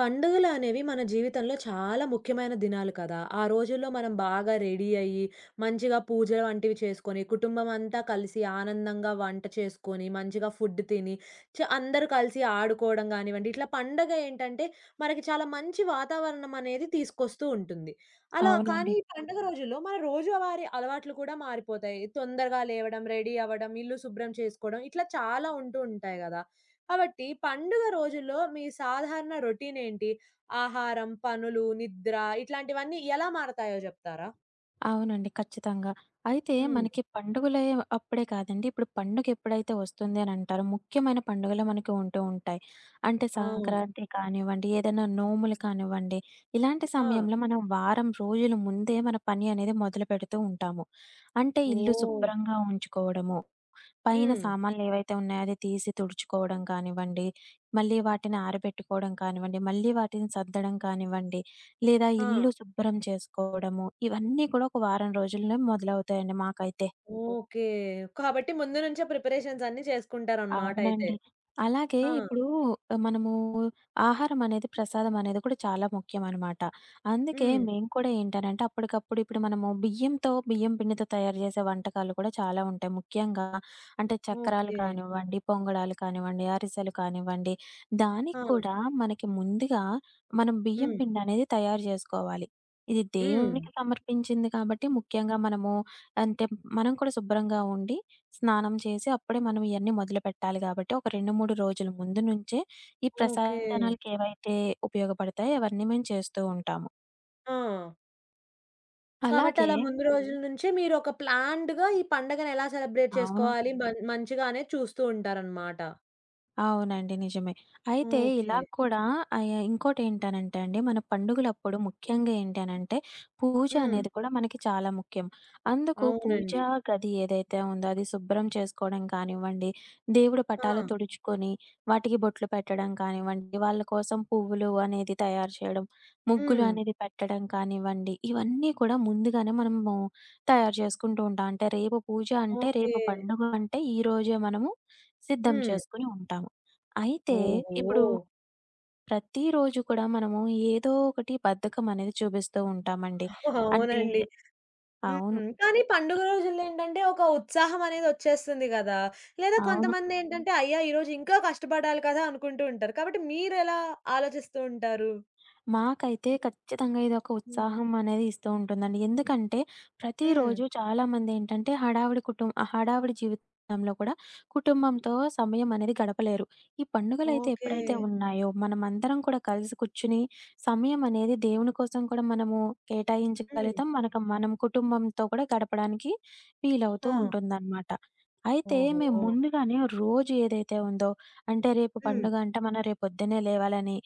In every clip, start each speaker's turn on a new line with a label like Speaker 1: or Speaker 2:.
Speaker 1: పండుగలు అనేవి మన జీవితంలో చాలా ముఖ్యమైన దినాలు కదా! ఆ రోజుల్లో మనం బాగా రెడీ అయ్యి, మంచిగా పూజ వంటివి చేసుకొని, కుటుంబం అంతా కలిసి ఆనందంగా వంట చేసుకొని, మంచిగా ఫుడ్ తిని, అందరూ కలిసి ఆడుకోవడం గానివ్వండి, ఇట్లా పండగ ఏంటంటే, మనకి చాలా మంచి వాతావరణం అనేది తీసుకొస్తూ ఉంటుంది. అలా
Speaker 2: అవునండి.
Speaker 1: కానీ ఈ పండుగ రోజుల్లో మన రోజువారీ అలవాట్లు కూడా మారిపోతాయి. తొందరగా లేవడం, రెడీ అవ్వడం, ఇల్లు శుభ్రం చేసుకోవడం, ఇట్లా చాలా ఉంటూ ఉంటాయి గదా! కాబట్టి పండుగ రోజుల్లో మీ సాధారణ రొటీన్ ఏంటి? ఆహారం, పనులు, నిద్ర ఇట్లాంటివన్నీ ఎలా మారతాయో జెప్తారా?
Speaker 2: అవునండి. ఖచ్చితంగా. అయితే
Speaker 1: హ్మ్.
Speaker 2: మనకి పండుగలే అప్పుడే కాదండి. ఇప్పుడు పండుగ ఎప్పుడైతే వస్తుంది అని అంటారో, ముఖ్యమైన పండుగలు మనకి ఉంటూ ఉంటాయి. అంటే
Speaker 1: అవును.
Speaker 2: సంక్రాంతి కానివ్వండి, ఏదైనా నోములు కానివ్వండి, ఇలాంటి
Speaker 1: ఆ!
Speaker 2: సమయంలో మనం వారం రోజుల ముందే మన పని అనేది మొదలుపెడుతూ ఉంటాము. అంటే ఇల్లు
Speaker 1: ఓహ్!
Speaker 2: శుభ్రంగా ఉంచుకోవడము, పైన
Speaker 1: హ్మ్.
Speaker 2: సామాన్లేవైతే ఉన్నాయో అది తీసి తుడుచుకోవడం కానివ్వండి, మళ్ళీ వాటిని ఆరబెట్టుకోవడం కానివ్వండి, మళ్ళీ వాటిని సర్దడం కానివ్వండి, లేదా
Speaker 1: ఆ!
Speaker 2: ఇల్లు శుభ్రం చేసుకోవడము, ఇవన్నీ కూడా ఒక వారం రోజుల్లో మొదలవుతాయండి మాకైతే.
Speaker 1: ఓకే. కాబట్టి ముందు నుంచే ప్రిపరేషన్స్ అన్నీ చేసుకుంటారనమాట అయితే.
Speaker 2: అవునండి. అలాగే
Speaker 1: ఆ!
Speaker 2: ఇప్పుడు మనము ఆహారం అనేది, ప్రసాదం అనేది కూడా చాలా ముఖ్యమనమాట. అందుకే
Speaker 1: హ్మ్.
Speaker 2: మేము కూడా ఏంటనంటే, అప్పటికప్పుడు ఇప్పుడు మనము బియ్యంతో, బియ్యం పిండితో తయారు చేసే వంటకాలు కూడా చాలా ఉంటాయి. ముఖ్యంగా అంటే చక్రాలు
Speaker 1: ఓకే.
Speaker 2: కానివ్వండి, పొంగడాలు కానివ్వండి, అరిసెలు కానివ్వండి,
Speaker 1: ఆ!
Speaker 2: దానికి కూడా మనకి ముందుగా మనం బియ్యం
Speaker 1: హ్మ్.
Speaker 2: పిండనేది తయారు జేసుకోవాలి. ఇది
Speaker 1: హ్మ్.
Speaker 2: దేవునికి సమర్పించింది కాబట్టి, ముఖ్యంగా మనము అంటే మనం కూడా శుభ్రంగా ఉండి స్నానం చేసి అప్పుడే మనం ఇయన్నీ మొదలుపెట్టాలి గాబట్టి, ఒక 2, 3 రోజుల ముందు నుంచే ఈ
Speaker 1: ఓకే.
Speaker 2: ప్రసాదానాలకేవైతే ఉపయోగపడతాయో అవన్నీ మేము చేస్తూ ఉంటాము.
Speaker 1: ఆ! కాబట్టి
Speaker 2: అలాగే
Speaker 1: అలా ముందు రోజుల నుంచే మీరు ఒక ప్లాన్డ్‌గా ఈ పండగను ఎలా సెలబ్రేట్
Speaker 2: అవును.
Speaker 1: చేసుకోవాలి, మంచిగా అనేది చూస్తూ ఉంటారనమాట.
Speaker 2: అవునండి. నిజమే. అయితే ఇలా
Speaker 1: ఓకే.
Speaker 2: కూడా ఇంకోటేంటనంటే అండి, మన పండుగలప్పుడు ముఖ్యంగా ఏంటనంటే, పూజ
Speaker 1: హ్మ్.
Speaker 2: అనేది కూడా మనకి చాలా ముఖ్యం. అందుకు
Speaker 1: అవునండి.
Speaker 2: పూజా గది ఏదైతే ఉందో అది శుభ్రం చేసుకోవడం కానివ్వండి, దేవుడి పటాలు
Speaker 1: ఆ!
Speaker 2: తుడుచుకొని, వాటికి బొట్లు పెట్టడం కానివ్వండి, వాళ్ళ కోసం పువ్వులు అనేది తయారు చేయడం, ముగ్గులు
Speaker 1: హ్మ్.
Speaker 2: అనేది పెట్టడం కానివ్వండి, ఇవన్నీ కూడా ముందుగానే మనము తయారు చేసుకుంటూ ఉంటాం. అంటే రేపు పూజ అంటే,
Speaker 1: ఓకే.
Speaker 2: రేపు పండుగ అంటే, ఈరోజే మనము సిద్ధం
Speaker 1: హ్మ్.
Speaker 2: చేసుకొని ఉంటాము. అయితే
Speaker 1: ఓహో!
Speaker 2: ఇప్పుడు ప్రతిరోజు కూడా మనము ఏదో ఒకటి బద్ధకం అనేది చూపిస్తూ ఉంటామండి. అంటే
Speaker 1: అవునండి.
Speaker 2: అవును.
Speaker 1: హ్మ్. కానీ పండుగ రోజుల్లేంటంటే ఒక ఉత్సాహం అనేది ఒచ్చేస్తుంది గదా! లేదా
Speaker 2: అవును.
Speaker 1: కొంతమందేంటంటే అయ్యా! ఈరోజు ఇంకా కష్టపడాలి కదా! అనుకుంటూ ఉంటారు. కాబట్టి మీరెలా ఆలోచిస్తూ ఉంటారు?
Speaker 2: మాకైతే ఖచ్చితంగా ఇదొక ఉత్సాహం అనేది ఇస్తూ ఉంటుందండి. ఎందుకంటే
Speaker 1: హ్మ్.
Speaker 2: ప్రతిరోజు చాలామంది ఏంటంటే హడావిడి జీవితంలో కూడా కుటుంబంతో సమయం అనేది గడపలేరు. ఈ పండుగలైతే
Speaker 1: ఓకే.
Speaker 2: ఎప్పుడైతే ఉన్నాయో మనమందరం కూడా కలిసి కూర్చుని సమయం అనేది దేవుని కోసం కూడా మనము
Speaker 1: హ్మ్.
Speaker 2: కేటాయించగలుగుతాం. మనకు మనం కుటుంబంతో కూడా గడపడానికి వీలవుతూ
Speaker 1: ఆ!
Speaker 2: ఉంటుందన్నమాట. అయితే మేము
Speaker 1: ఓహో!
Speaker 2: ముందుగానే రోజు ఏదైతే ఉందో అంటే రేపు
Speaker 1: హ్మ్.
Speaker 2: పండుగ అంటే మనం రేపొద్దున్నే లేవాలని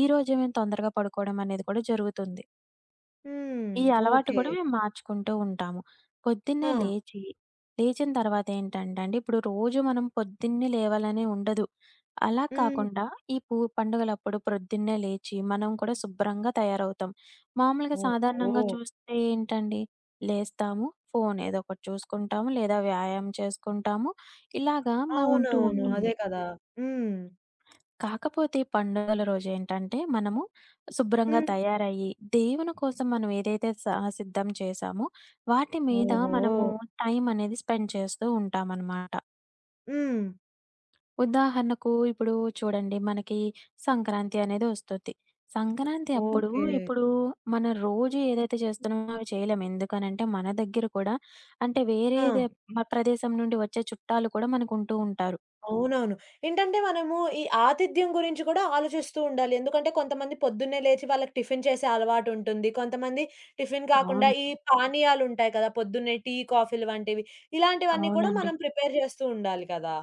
Speaker 2: ఈరోజే మేము తొందరగా పడుకోవడం అనేది కూడా జరుగుతుంది.
Speaker 1: హ్మ్.
Speaker 2: ఈ అలవాటు
Speaker 1: ఓకే.
Speaker 2: కూడా మేము మార్చుకుంటూ ఉంటాము.
Speaker 1: ఆ!
Speaker 2: పొద్దున్నే లేచి, లేచిన తర్వాత ఏంటంటే అండి, ఇప్పుడు రోజు మనం పొద్దున్నే లేవాలని ఉండదు. అలా
Speaker 1: హ్మ్.
Speaker 2: కాకుండా ఈ పండుగలప్పుడు ప్రొద్దున్నే లేచి మనం కూడా శుభ్రంగా తయారవుతాం. మామూలుగా
Speaker 1: ఓహో!
Speaker 2: సాధారణంగా చూస్తే ఏంటండి, లేస్తాము, ఫోను ఏదో ఒకటి చూసుకుంటాము, లేదా వ్యాయామం చేసుకుంటాము. ఇలాగా ఉంటూ
Speaker 1: అవునవును. అదే
Speaker 2: ఉంటుంది.
Speaker 1: కదా! హ్మ్.
Speaker 2: కాకపోతే ఈ పండుగల రోజేంటంటే, మనము శుభ్రంగా
Speaker 1: హ్మ్.
Speaker 2: తయారయ్యి, దేవుని కోసం మనం ఏదైతే సిద్ధం చేశామో, వాటి మీద
Speaker 1: ఓహో!
Speaker 2: మనము టైం అనేది స్పెండ్ చేస్తూ ఉంటామనమాట.
Speaker 1: హ్మ్.
Speaker 2: ఉదాహరణకు ఇప్పుడు చూడండి, మనకి సంక్రాంతి అనేది వస్తది. సంక్రాంతి అప్పుడు
Speaker 1: ఓకే.
Speaker 2: ఇప్పుడు మన రోజు ఏదైతే చేస్తున్నామో అవి చేయలేం. ఎందుకనంటే, మన దగ్గర కూడా అంటే వేరే
Speaker 1: హ్మ్. ఆ!
Speaker 2: దే మ ప్రదేశం నుండి వచ్చే చుట్టాలు కూడా మనకుంటూ ఉంటారు.
Speaker 1: అవునవును. ఏంటంటే మనము ఈ ఆతిథ్యం గురించి కూడా ఆలోచిస్తూ ఉండాలి. ఎందుకంటే కొంతమంది పొద్దున్నే లేచి వాళ్ళకి టిఫిన్ చేసే అలవాటుంటుంది. కొంతమంది టిఫిన్ కాకుండా
Speaker 2: అవును.
Speaker 1: ఈ పానీయాలుంటాయి కదా! పొద్దున్నే టీ, కాఫీలు వంటివి. ఇలాంటివన్నీ కూడా
Speaker 2: అవునండి.
Speaker 1: మనం ప్రిపేర్ చేస్తూ ఉండాలి కదా!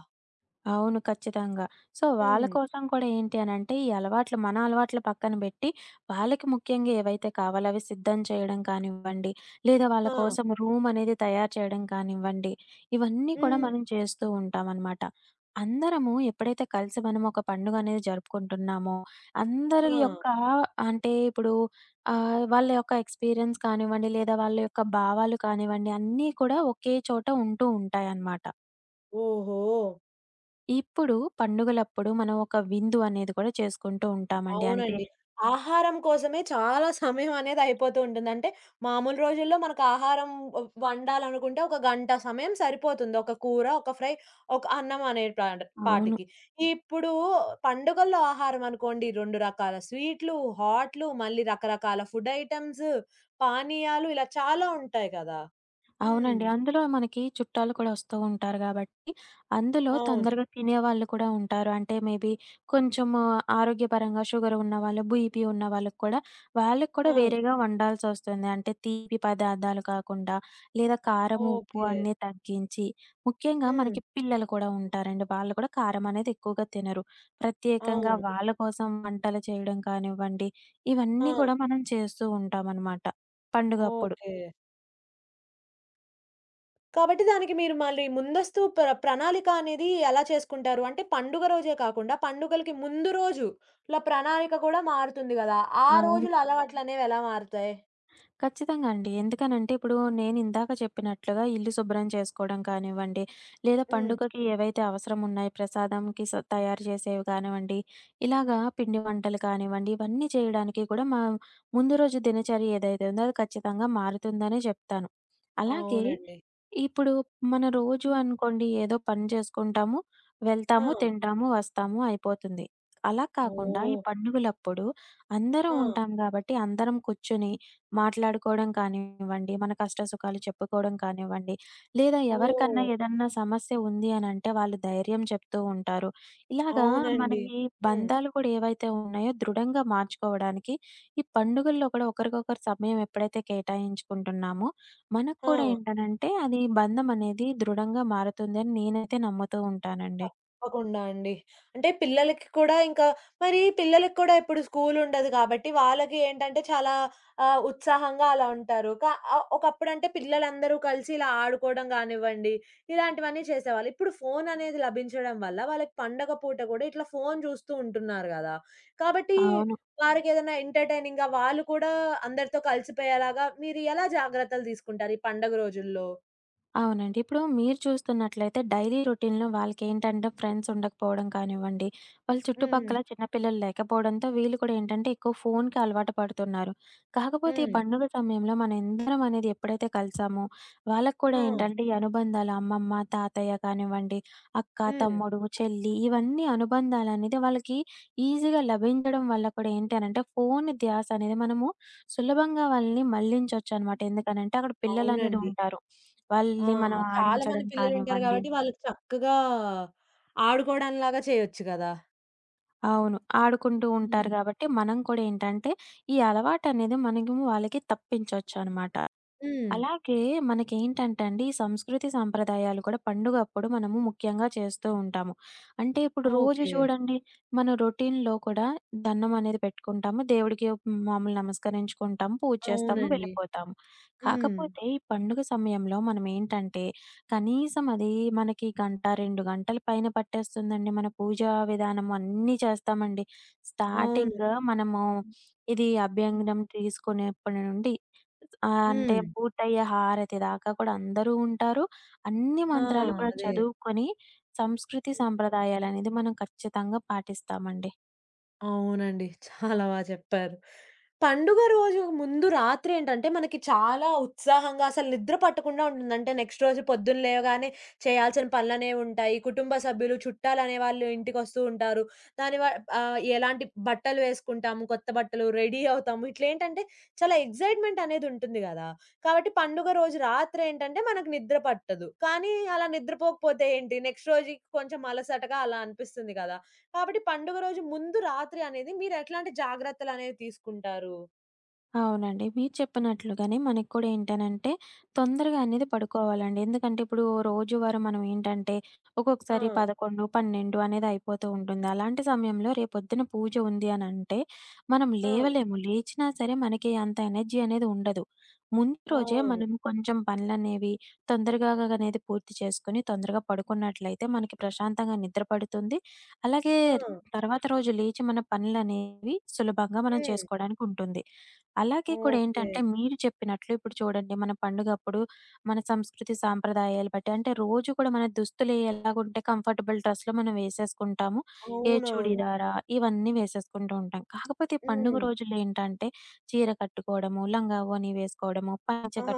Speaker 2: అవును. ఖచ్చితంగా. సో, వాళ్ళ
Speaker 1: హ్మ్.
Speaker 2: కోసం కూడా ఏంటి అనంటే, ఈ అలవాట్లు మన అలవాట్లు పక్కన బెట్టి, వాళ్ళకి ముఖ్యంగా ఏవైతే కావాలో అవి సిద్ధం చేయడం కానివ్వండి, లేదా వాళ్ళ
Speaker 1: ఆ!
Speaker 2: కోసం రూమ్ అనేది తయారు చేయడం కానివ్వండి, ఇవన్నీ కూడా
Speaker 1: హ్మ్.
Speaker 2: మనం చేస్తూ ఉంటామనమాట. అందరము ఎప్పుడైతే కలిసి మనం ఒక పండుగ అనేది జరుపుకుంటున్నామో,
Speaker 1: ఆ!
Speaker 2: అందరి యొక్క అంటే ఇప్పుడు వాళ్ళ యొక్క ఎక్స్‌పీరియన్స్ కానివ్వండి, లేదా వాళ్ళ యొక్క భావాలు కానివ్వండి, అన్నీ కూడా ఒకే చోట ఉంటూ ఉంటాయనమాట.
Speaker 1: ఓహో!
Speaker 2: ఇప్పుడు పండుగలప్పుడు మనం ఒక విందు అనేది కూడా చేసుకుంటూ ఉంటామండి. అంటే
Speaker 1: అవునండి. ఆహారం కోసమే చాలా సమయం అనేది అయిపోతూ ఉంటుంది. అంటే మామూలు రోజుల్లో మనకు ఆహారం వండాలనుకుంటే ఒక గంట సమయం సరిపోతుంది. ఒక కూర, ఒక ఫ్రై, ఒక అన్నం అనే ప్రాడ
Speaker 2: అవును.
Speaker 1: పాటికి. ఇప్పుడు పండుగల్లో ఆహారం అనుకోండి 2 రకాల స్వీట్లు, హాట్లు, మళ్ళీ రకరకాల ఫుడ్ ఐటెమ్స్, పానీయాలు ఇలా చాలా ఉంటాయి కదా! హ్మ్.
Speaker 2: అవునండి. అందులో మనకి చుట్టాలు కూడా వస్తూ ఉంటారు గాబట్టి, అందులో
Speaker 1: అవును.
Speaker 2: తొందరగా తినేవాళ్ళు కూడా ఉంటారు. అంటే మేబీ కొంచెము ఆరోగ్యపరంగా షుగర్ ఉన్నవాళ్ళు, బీపీ ఉన్న వాళ్ళకి కూడా వాళ్ళకి
Speaker 1: ఆ!
Speaker 2: కూడా వేరేగా వండాల్సొస్తుంది. అంటే తీపి పదార్థాలు కాకుండా లేదా కారం, ఉప్పు
Speaker 1: ఓకే.
Speaker 2: అన్నీ తగ్గించి, ముఖ్యంగా
Speaker 1: హ్మ్.
Speaker 2: మనకి పిల్లలు కూడా ఉంటారండి. వాళ్ళు కూడా కారం అనేది ఎక్కువగా తినరు. ప్రత్యేకంగా
Speaker 1: అవును.
Speaker 2: వాళ్ళ కోసం వంటలు చేయడం కానివ్వండి,
Speaker 1: ఆ!
Speaker 2: ఇవన్నీ కూడా మనం చేస్తూ ఉంటామనమాట పండుగప్పుడు.
Speaker 1: ఓకే. కాబట్టి దానికి మీరు మళ్ళీ ముందస్తు ప్రణాళిక అనేది ఎలా చేసుకుంటారు? అంటే పండుగ రోజే కాకుండా, పండుగలకి ముందు రోజు ఇలా ప్రణాళిక కూడా మారుతుంది గదా! ఆ
Speaker 2: అవును.
Speaker 1: రోజుల అలవాట్లనేవి ఎలా మారుతాయి?
Speaker 2: ఖచ్చితంగా అండి. ఎందుకనంటే ఇప్పుడు నేను ఇందాక చెప్పినట్లుగా ఇల్లు శుభ్రం చేసుకోవడం కానివ్వండి, లేదా
Speaker 1: హ్మ్.
Speaker 2: పండుగకి ఏవైతే అవసరం ఉన్నాయి ప్రసాదంకి తయారు చేసేవి కానివ్వండి, ఇలాగా పిండి వంటలు కానివ్వండి, ఇవన్నీ చేయడానికి కూడా మా ముందు రోజు దినచర్య ఏదైతే ఉందో అది ఖచ్చితంగా మారుతుందనే చెప్తాను. అలాగే
Speaker 1: అవునండి.
Speaker 2: ఇప్పుడు మన రోజు అనుకోండి ఏదో పని చేసుకుంటాము,
Speaker 1: ఆ!
Speaker 2: వెళ్తాము, తింటాము, వస్తాము అయిపోతుంది. అలా కాకుండా ఈ
Speaker 1: ఓహ్!
Speaker 2: పండుగలప్పుడు అందరం
Speaker 1: ఆ!
Speaker 2: ఉంటాం కాబట్టి అందరం కూర్చొని మాట్లాడుకోవడం కానివ్వండి, మన కష్ట సుఖాలు చెప్పుకోవడం కానివ్వండి, లేదా
Speaker 1: ఓహ్!
Speaker 2: ఎవరికన్నా ఏదన్నా సమస్య ఉంది అని అంటే వాళ్ళు ధైర్యం చెప్తూ ఉంటారు. ఇలాగా
Speaker 1: అవునండి.
Speaker 2: మనకి
Speaker 1: హ్మ్.
Speaker 2: బంధాలు కూడా ఏవైతే ఉన్నాయో దృఢంగా మార్చుకోవడానికి ఈ పండుగల్లో కూడా ఒకరికొకరు సమయం ఎప్పుడైతే కేటాయించుకుంటున్నామో మనకు
Speaker 1: ఆ!
Speaker 2: కూడా ఏంటనంటే, అది బంధం అనేది దృఢంగా మారుతుందని నేనైతే నమ్ముతూ ఉంటానండి.
Speaker 1: తప్పకుండా అండి. అంటే పిల్లలకి కూడా ఇంకా మరి పిల్లలకి కూడా ఇప్పుడు స్కూల్ ఉండదు కాబట్టి, వాళ్ళకి ఏంటంటే చాలా ఉత్సాహంగా అలా ఉంటారు. ఒకప్పుడంటే పిల్లలందరూ కలిసి ఇలా ఆడుకోవడం గానివ్వండి, ఇలాంటివన్నీ చేసేవాళ్ళు. ఇప్పుడు ఫోన్ అనేది లభించడం వల్ల వాళ్ళకి పండగ పూట కూడా ఇట్లా ఫోన్ చూస్తూ ఉంటున్నారు గదా! కాబట్టి
Speaker 2: అవును.
Speaker 1: వారికేదైనా ఎంటర్‌టైనింగ్‌గా వాళ్ళు కూడా అందరితో కలిసిపోయేలాగా మీరు ఎలా జాగ్రత్తలు తీసుకుంటారు ఈ పండగ రోజుల్లో?
Speaker 2: అవునండి. ఇప్పుడు మీరు చూస్తున్నట్లయితే డైలీ రొటీన్‌లో వాళ్ళకేంటంటే ఫ్రెండ్స్ ఉండకపోవడం కానివ్వండి, వాళ్ళ
Speaker 1: హ్మ్.
Speaker 2: చుట్టుపక్కల చిన్న పిల్లలు లేకపోవడంతో వీళ్ళు కూడా ఏంటంటే ఎక్కువ ఫోన్‌కి అలవాటు పడుతున్నారు. కాకపోతే ఈ
Speaker 1: హ్మ్.
Speaker 2: పండుగ సమయంలో మనందరం అనేది ఎప్పుడైతే కలిసామో వాళ్ళకి
Speaker 1: ఆ!
Speaker 2: కూడా ఏంటంటే ఈ అనుబంధాలు అమ్మమ్మ, తాతయ్య కానివ్వండి, అక్క,
Speaker 1: హ్మ్.
Speaker 2: తమ్ముడు, చెల్లి ఇవన్నీ అనుబంధాలనేది వాళ్ళకి ఈజీగా లభించడం వల్ల కూడా ఏంటి అనంటే ఫోను ధ్యాస అనేది మనము సులభంగా వాళ్ళని మళ్ళించొచ్చనమాట. ఎందుకనంటే, అక్కడ పిల్లలనేది
Speaker 1: అవునండి.
Speaker 2: ఉంటారు.
Speaker 1: ఆ!
Speaker 2: వాళ్ళని మనం
Speaker 1: చాలా మంది
Speaker 2: ఆడించడం
Speaker 1: పిల్లలుంటారు
Speaker 2: కానివ్వండి
Speaker 1: గాబట్టి, వాళ్ళకి చక్కగా ఆడుకోవడంలాగా చేయొచ్చు గదా!
Speaker 2: అవును. ఆడుకుంటూ
Speaker 1: హ్మ్.
Speaker 2: ఉంటారు గాబట్టి, మనం కూడా ఏంటంటే, ఈ అలవాటనేది మనము వాళ్ళకి తప్పించొచ్చనమాట.
Speaker 1: హ్మ్.
Speaker 2: అలాగే మనకేంటంటే అండి, ఈ సంస్కృతి సాంప్రదాయాలు కూడా పండుగప్పుడు మనము ముఖ్యంగా చేస్తూ ఉంటాము. అంటే ఇప్పుడు రోజు
Speaker 1: ఓకే.
Speaker 2: చూడండి, మన రొటీన్‌లో కూడా దండం అనేది పెట్టుకుంటాము. దేవుడికి మామూలు నమస్కరించుకుంటాము, పూజ చేస్తాము,
Speaker 1: అవునండి.
Speaker 2: వెళ్ళిపోతాము.
Speaker 1: హ్మ్.
Speaker 2: కాకపోతే ఈ పండుగ సమయంలో మనమేంటంటే, కనీసం అది మనకి గంట, 2 గంటల పైన పట్టేస్తుందండి. మన పూజా విధానం అన్నీ చేస్తామండి.
Speaker 1: అవును.
Speaker 2: స్టార్టింగ్ మనము ఇది అభ్యంగనం తీసుకునేప్పటి నుండి అంటే
Speaker 1: హ్మ్.
Speaker 2: పూర్తయ్యే హారతి దాకా కూడా అందరూ ఉంటారు. అన్ని
Speaker 1: ఆ!
Speaker 2: మంత్రాలు కూడా
Speaker 1: అదే.
Speaker 2: చదువుకొని సంస్కృతి, సంప్రదాయాలనేది మనం ఖచ్చితంగా పాటిస్తామండి.
Speaker 1: అవునండి. చాలా బా చెప్పారు. పండుగ రోజు ముందు రాత్రి ఏంటంటే, మనకి చాలా ఉత్సాహంగా అసలు నిద్ర పట్టకుండా ఉంటుంది. అంటే నెక్స్ట్ రోజు పొద్దున్న లేవగానే చేయాల్సిన పనులనేవి ఉంటాయి. కుటుంబ సభ్యులు, చుట్టాలనే వాళ్ళు ఇంటికొస్తూ ఉంటారు. దాని వ ఎలాంటి బట్టలు వేసుకుంటాము, కొత్త బట్టలు, రెడీ అవుతాము. ఇట్లేంటంటే చాలా ఎక్సైట్‌మెంట్ అనేది ఉంటుంది గదా! కాబట్టి పండుగ రోజు రాత్రి ఏంటంటే మనకు నిద్ర పట్టదు. కానీ అలా నిద్రపోకపోతే ఏంటి నెక్స్ట్ రోజుకి కొంచెం అలసటగా అలా అనిపిస్తుంది గదా! కాబట్టి పండుగ రోజు ముందు రాత్రి అనేది మీరెట్లాంటి జాగ్రత్తలనేవి తీసుకుంటారు?
Speaker 2: అవునండి. మీరు చెప్పినట్లుగానే మనకి కూడా ఏంటనంటే, తొందరగా అనేది పడుకోవాలండి. ఎందుకంటే, ఇప్పుడు రోజువారీ మనం ఏంటంటే,
Speaker 1: ఆ!
Speaker 2: ఒక్కొక్కసారి 11, 12 అనేది అయిపోతూ ఉంటుంది. అలాంటి సమయంలో రేపొద్దున పూజ ఉంది అనంటే, మనం
Speaker 1: ఆ!
Speaker 2: లేవలేము. లేచినా సరే మనకి అంత ఎనర్జీ అనేది ఉండదు. ముందు రోజే
Speaker 1: అవును.
Speaker 2: మనం కొంచెం పనులనేవి తొందరగా అనేది పూర్తి చేసుకొని, తొందరగా పడుకున్నట్లయితే మనకి ప్రశాంతంగా నిద్ర పడుతుంది. అలాగే
Speaker 1: ఆ!
Speaker 2: తర్వాత రోజు లేచి మన పనులనేవి సులభంగా మనం
Speaker 1: హ్మ్.
Speaker 2: చేసుకోవడానికి ఉంటుంది. అలాగే కూడా
Speaker 1: ఓకే.
Speaker 2: ఏంటంటే మీరు చెప్పినట్లు ఇప్పుడు చూడండి మన పండుగప్పుడు మన సంస్కృతి సాంప్రదాయాలు బట్టి అంటే రోజు కూడా మన దుస్తులు ఎలాగుంటే కంఫర్టబుల్ డ్రెస్‌లో మనం వేసేసుకుంటాము. ఏ
Speaker 1: అవునవును.
Speaker 2: చూడీదారా ఇవన్నీ వేసేసుకుంటూ ఉంటాం. కాకపోతే ఈ పండుగ
Speaker 1: హ్మ్.
Speaker 2: రోజుల్లో ఏంటంటే చీర కట్టుకోవడము, లంగా ఓణి వేసుకోవడము, పంచె
Speaker 1: ఆహా!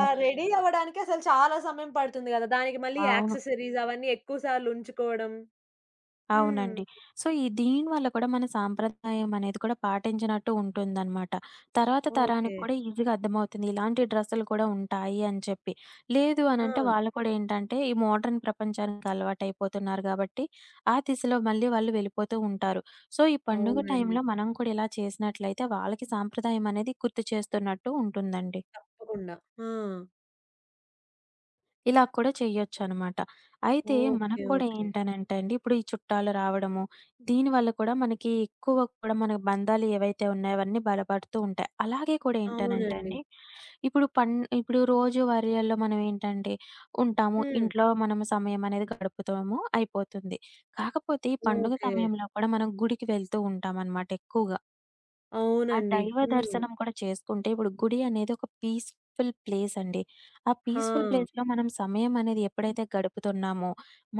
Speaker 1: ఆ! రెడీ అవ్వడానికి అసలు చాలా సమయం పడుతుంది గదా! దానికి మళ్ళీ
Speaker 2: అవును.
Speaker 1: యాక్సెసరీస్ అవన్నీ ఎక్కువ సార్లు ఉంచుకోవడం. హ్మ్.
Speaker 2: అవునండి. సో, ఈ దీని వల్ల కూడా మన సాంప్రదాయం అనేది కూడా పాటించినట్టు ఉంటుందనమాట. తర్వాత
Speaker 1: ఓకే.
Speaker 2: తరానికి కూడా ఈజీగా అర్థమవుతుంది. ఇలాంటి డ్రెస్సులు కూడా ఉంటాయి అని చెప్పి. లేదు
Speaker 1: ఆ!
Speaker 2: అనంటే వాళ్ళు కూడా ఏంటంటే ఈ మోడ్రన్ ప్రపంచానికి అలవాటయిపోతున్నారు గాబట్టి, ఆ దిశలో మళ్ళీ వాళ్ళు వెళ్ళిపోతూ ఉంటారు. సో, ఈ పండుగ
Speaker 1: అవునండి.
Speaker 2: టైంలో మనం కూడా ఇలా చేసినట్లయితే వాళ్ళకి సాంప్రదాయం అనేది గుర్తు చేస్తున్నట్టు ఉంటుందండి.
Speaker 1: తప్పకుండా. ఆ!
Speaker 2: ఇలా కూడా చెయ్యొచ్చనమాట. అయితే
Speaker 1: ఓకే.
Speaker 2: మనకు కూడా
Speaker 1: ఓకే.
Speaker 2: ఏంటనంటే అండి, ఇప్పుడు ఈ చుట్టాలు రావడము, దీనివల్ల కూడా మనకి ఎక్కువ కూడా మన బంధాలు ఏవైతే ఉన్నాయో అవన్నీ బలపడుతూ ఉంటాయి. అలాగే కూడా ఏంటనంటే
Speaker 1: అవునండి.
Speaker 2: అండి, ఇప్పుడు ఇప్పుడు రోజువారీలో మనం ఏంటంటే ఉంటాము.
Speaker 1: హ్మ్.
Speaker 2: ఇంట్లో మనం సమయం అనేది గడుపుతాము అయిపోతుంది. కాకపోతే ఈ పండుగ
Speaker 1: ఓకే.
Speaker 2: సమయంలో కూడా మనం గుడికి వెళ్తూ ఉంటామనమాట ఎక్కువగా. ఆ
Speaker 1: అవునండి.
Speaker 2: దైవ
Speaker 1: హ్మ్.
Speaker 2: దర్శనం కూడా చేసుకుంటే, ఇప్పుడు గుడి అనేది ఒక పీస్‌ఫుల్ ప్లేస్ అండి. ఆ
Speaker 1: ఆ!
Speaker 2: పీస్‌ఫుల్ ప్లేస్‌లో మనం సమయం అనేది ఎప్పుడైతే గడుపుతున్నామో,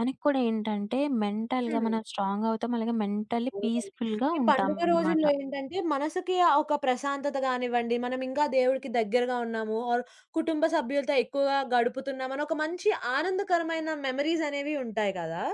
Speaker 2: మనకి కూడా ఏంటంటే మెంటల్‌గా
Speaker 1: హ్మ్.
Speaker 2: మనం స్ట్రాంగ్ అవుతాం. అలాగే మెంటల్లీ
Speaker 1: అవునండి.
Speaker 2: పీస్‌ఫుల్‌గా
Speaker 1: ఈ పండుగ
Speaker 2: ఉంటామనమాట.
Speaker 1: రోజుల్లో ఏంటంటే, మనసుకి ఆ ఒక ప్రశాంతత గానివ్వండి, మనం ఇంకా దేవుడికి దగ్గరగా ఉన్నాము ఆర్ కుటుంబ సభ్యులతో ఎక్కువగా గడుపుతున్నామని ఒక మంచి ఆనందకరమైన మెమోరీస్ అనేవి ఉంటాయి గదా!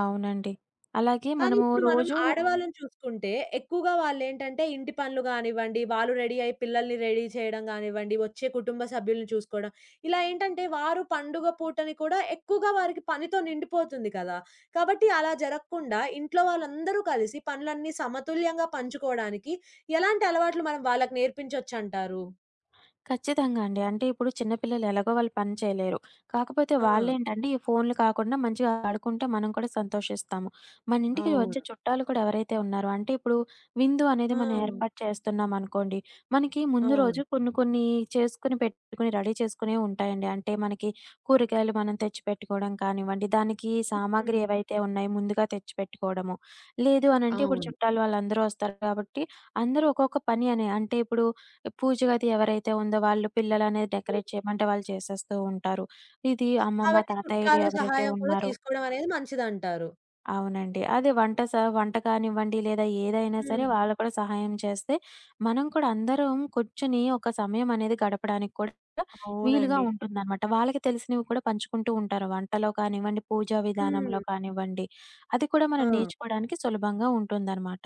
Speaker 2: అవునండి. అలాగే
Speaker 1: కానీ
Speaker 2: మనము
Speaker 1: ఇప్పుడు మనం
Speaker 2: రోజు
Speaker 1: ఆడవాళ్ళని చూసుకుంటే, ఎక్కువగా వాళ్ళేంటంటే ఇంటి పనులు గానివ్వండి, వాళ్ళు రెడీ అయ్యి పిల్లల్ని రెడీ చేయడం గానివ్వండి, వచ్చే కుటుంబ సభ్యుల్ని చూసుకోవడం. ఇలా ఏంటంటే వారు పండుగ పూటని కూడా ఎక్కువగా వారికి పనితో నిండిపోతుంది కదా! కాబట్టి అలా జరగకుండా ఇంట్లో వాళ్ళందరూ కలిసి పనులన్నీ సమతుల్యంగా పంచుకోవడానికి ఎలాంటి అలవాట్లు మనం వాళ్ళకి నేర్పించొచ్చంటారు?
Speaker 2: ఖచ్చితంగా అండి. అంటే ఇప్పుడు చిన్న పిల్లలు ఎలాగో వాళ్ళు పని చేయలేరు. కాకపోతే
Speaker 1: ఆ!
Speaker 2: వాళ్ళేంటంటే ఈ ఫోన్‌లు కాకుండా మంచిగా ఆడుకుంటే మనం కూడా సంతోషిస్తాము. మన ఇంటికి
Speaker 1: అవును.
Speaker 2: వచ్చే చుట్టాలు కూడా ఎవరైతే ఉన్నారో అంటే ఇప్పుడు విందు
Speaker 1: ఆ!
Speaker 2: అనేది మనం ఏర్పాటు చేస్తున్నాం అనుకోండి. మనకి ముందు రోజు
Speaker 1: అవును.
Speaker 2: కొన్ని కొన్ని చేసుకొని పెట్టుకొని రెడీ చేసుకునేవి ఉంటాయండి. అంటే మనకి కూరగాయలు మనం తెచ్చి పెట్టుకోవడం కానివ్వండి, దానికి సామాగ్రి
Speaker 1: ఉమ్,
Speaker 2: ఏవైతే ఉన్నాయో ముందుగా తెచ్చి పెట్టుకోవడము. లేదు అనంటే ఇప్పుడు
Speaker 1: అవును.
Speaker 2: చుట్టాలు వాళ్ళందరూ వస్తారు కాబట్టి అందరూ ఒక్కొక్క పని అనే అంటే ఇప్పుడు పూజ గది ఎవరైతే ఉందో వాళ్ళు పిల్లలనేది డెకరేట్ చేయమంటే వాళ్ళు చేసేస్తూ ఉంటారు. ఇది అమ్మమ్మ,
Speaker 1: కాబట్టి
Speaker 2: తాతయ్యలు
Speaker 1: చుట్టాల
Speaker 2: ఎవరైతే
Speaker 1: సహాయం కూడా
Speaker 2: ఉన్నారో
Speaker 1: తీసుకోవడం అనేది మంచిదంటారు.
Speaker 2: అవునండి. అదే వంట కానివ్వండి లేదా ఏదైనా సరే
Speaker 1: హ్మ్.
Speaker 2: వాళ్ళు కూడా సహాయం చేస్తే, మనం కూడా అందరం కూర్చొని ఒక సమయం అనేది గడపడానికి కూడా వీలుగా
Speaker 1: అవునండి.
Speaker 2: ఉంటుందనమాట. వాళ్ళకి తెలిసినవి కూడా పంచుకుంటూ ఉంటారు. వంటలో కానివ్వండి, పూజా
Speaker 1: హ్మ్.
Speaker 2: విధానంలో కానివ్వండి. అది కూడా మనం
Speaker 1: ఆ!
Speaker 2: నేర్చుకోవడానికి సులభంగా ఉంటుందనమాట.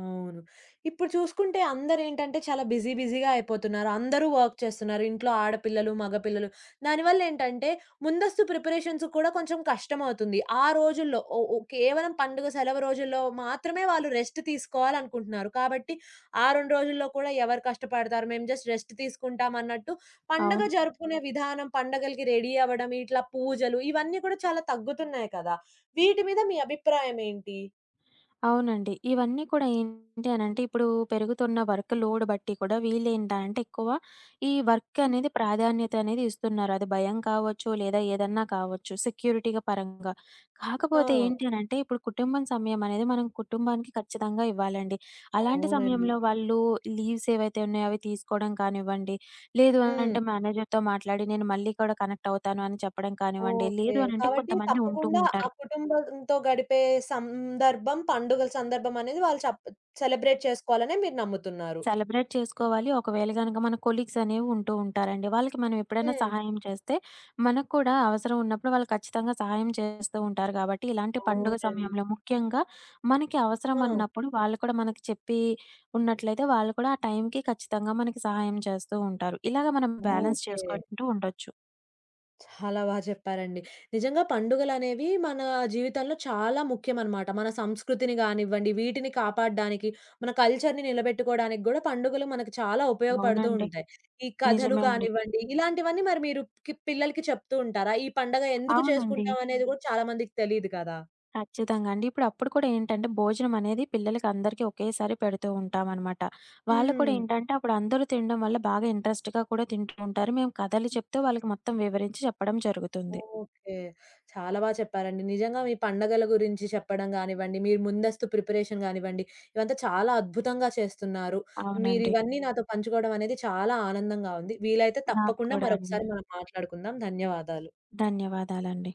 Speaker 1: అవును. ఇప్పుడు చూసుకుంటే అందరేంటంటే చాలా బిజీ బిజీగా అయిపోతున్నారు. అందరూ వర్క్ చేస్తున్నారు. ఇంట్లో ఆడపిల్లలు, మగపిల్లలు. దానివల్లేంటంటే ముందస్తు ప్రిపరేషన్స్ కూడా కొంచెం కష్టమవుతుంది. ఆ రోజుల్లో ఓ ఓ కేవలం పండుగ సెలవు రోజుల్లో మాత్రమే వాళ్ళు రెస్ట్ తీసుకోవాలనుకుంటున్నారు. కాబట్టి ఆ 2 రోజుల్లో కూడా ఎవరు కష్టపడతారు, మేము జస్ట్ రెస్ట్ తీసుకుంటాం అన్నట్టు పండగ
Speaker 2: అవును.
Speaker 1: జరుపుకునే విధానం, పండగలకి రెడీ అవ్వడం, ఇట్లా పూజలు ఇవన్నీ కూడా చాలా తగ్గుతున్నాయి కదా! వీటి మీద మీ అభిప్రాయం ఏంటి?
Speaker 2: అవునండి. ఇవన్నీ కూడా ఏంటి అనంటే, ఇప్పుడు పెరుగుతున్న వర్క్ లోడ్ బట్టి కూడా వీళ్ళేంటంటే ఎక్కువ ఈ వర్క్ అనేది ప్రాధాన్యత అనేది ఇస్తున్నారు. అది భయం కావచ్చు, లేదా ఏదన్నా కావచ్చు సెక్యూరిటీ‌గా పరంగా.
Speaker 1: ఆ!
Speaker 2: కాకపోతే ఏంటి అనంటే, ఇప్పుడు కుటుంబం సమయం అనేది మనం కుటుంబానికి ఖచ్చితంగా ఇవ్వాలండి. అలాంటి
Speaker 1: అవునండి.
Speaker 2: సమయంలో వాళ్ళు లీవ్స్ ఏవైతే ఉన్నాయో అవి తీసుకోవడం కానివ్వండి, లేదు
Speaker 1: హ్మ్.
Speaker 2: అనంటే మేనేజర్‌తో మాట్లాడి నేను మళ్ళీ కూడా కనెక్ట్ అవుతాను అని చెప్పడం కానివ్వండి,
Speaker 1: ఓకే.
Speaker 2: లేదు అనంటే
Speaker 1: కాబట్టి
Speaker 2: కొంతమంది ఉంటూ
Speaker 1: తప్పకుండా ఆ
Speaker 2: ఉంటారు.
Speaker 1: కుటుంబంతో గడిపే సందర్భం, పండుగల సందర్భం అనేది వాళ్ళు సెలబ్రేట్ చేసుకోవాలనే మీరు నమ్ముతున్నారు.
Speaker 2: సెలబ్రేట్ చేసుకోవాలి. ఒకవేళ గనక మన కొలీగ్స్ అనేవి ఉంటూ ఉంటారండి. వాళ్ళకి మనం ఎప్పుడైనా
Speaker 1: హ్మ్.
Speaker 2: సహాయం చేస్తే, మనకు కూడా అవసరం ఉన్నప్పుడు వాళ్ళు ఖచ్చితంగా సహాయం చేస్తూ ఉంటారు కాబట్టి, ఇలాంటి పండుగ
Speaker 1: అవునండి.
Speaker 2: సమయంలో ముఖ్యంగా మనకి
Speaker 1: ఆ!
Speaker 2: అవసరం అన్నప్పుడు వాళ్ళు కూడా మనకి చెప్పి ఉన్నట్లయితే, వాళ్ళు కూడా ఆ టైంకి ఖచ్చితంగా మనకి సహాయం చేస్తూ ఉంటారు. ఇలాగ మనం బ్యాలెన్స్
Speaker 1: ఓకే.
Speaker 2: చేసుకుంటూ ఉండొచ్చు.
Speaker 1: చాలా బా చెప్పారండి. నిజంగా పండుగలనేవి మన జీవితంలో చాలా ముఖ్యమనమాట. మన సంస్కృతిని గానివ్వండి, వీటిని కాపాడడానికి, మన కల్చర్‌ని నిలబెట్టుకోవడానికి గూడా పండుగలు మనకు చాలా ఉపయోగపడుతూ
Speaker 2: అవునండి.
Speaker 1: ఉంటాయి. ఈ కథలు
Speaker 2: నిజమే అండి.
Speaker 1: కానివ్వండి, ఇలాంటివన్నీ మరి మీరు పిల్లలకి చెప్తూ ఉంటారా? ఈ పండగ ఎందుకు
Speaker 2: అవునండి.
Speaker 1: చేసుకుంటాం అనేది గూడా చాలా మందికి తెలీదు కదా!
Speaker 2: ఖచ్చితంగా అండి. ఇప్పుడు అప్పుడు కూడా ఏంటంటే, భోజనం అనేది పిల్లలకి అందరికీ ఒకేసారి పెడుతూ ఉంటామనమాట. వాళ్ళు
Speaker 1: హ్మ్.
Speaker 2: కూడా ఏంటంటే, అప్పుడు అందరూ తినడం వల్ల బాగా ఇంట్రెస్ట్‌గా కూడా తింటూ ఉంటారు. మేము కథలు చెప్తూ వాళ్ళకి మొత్తం వివరించి చెప్పడం జరుగుతుంది.
Speaker 1: ఓకే. చాలా బా చెప్పారండి. నిజంగా మీ పండగల గురించి చెప్పడం గానివ్వండి, మీరు ముందస్తు ప్రిపరేషన్ గానివ్వండి, ఇవంతా చాలా అద్భుతంగా చేస్తున్నారు.
Speaker 2: అవునండి.
Speaker 1: మీరివన్నీ నాతో పంచుకోవడం అనేది చాలా ఆనందంగా ఉంది. వీలైతే
Speaker 2: నాకు
Speaker 1: తప్పకుండా
Speaker 2: కూడా అండి.
Speaker 1: మరొకసారి మనం మాట్లాడుకుందాం. ధన్యవాదాలు.
Speaker 2: ధన్యవాదాలండి.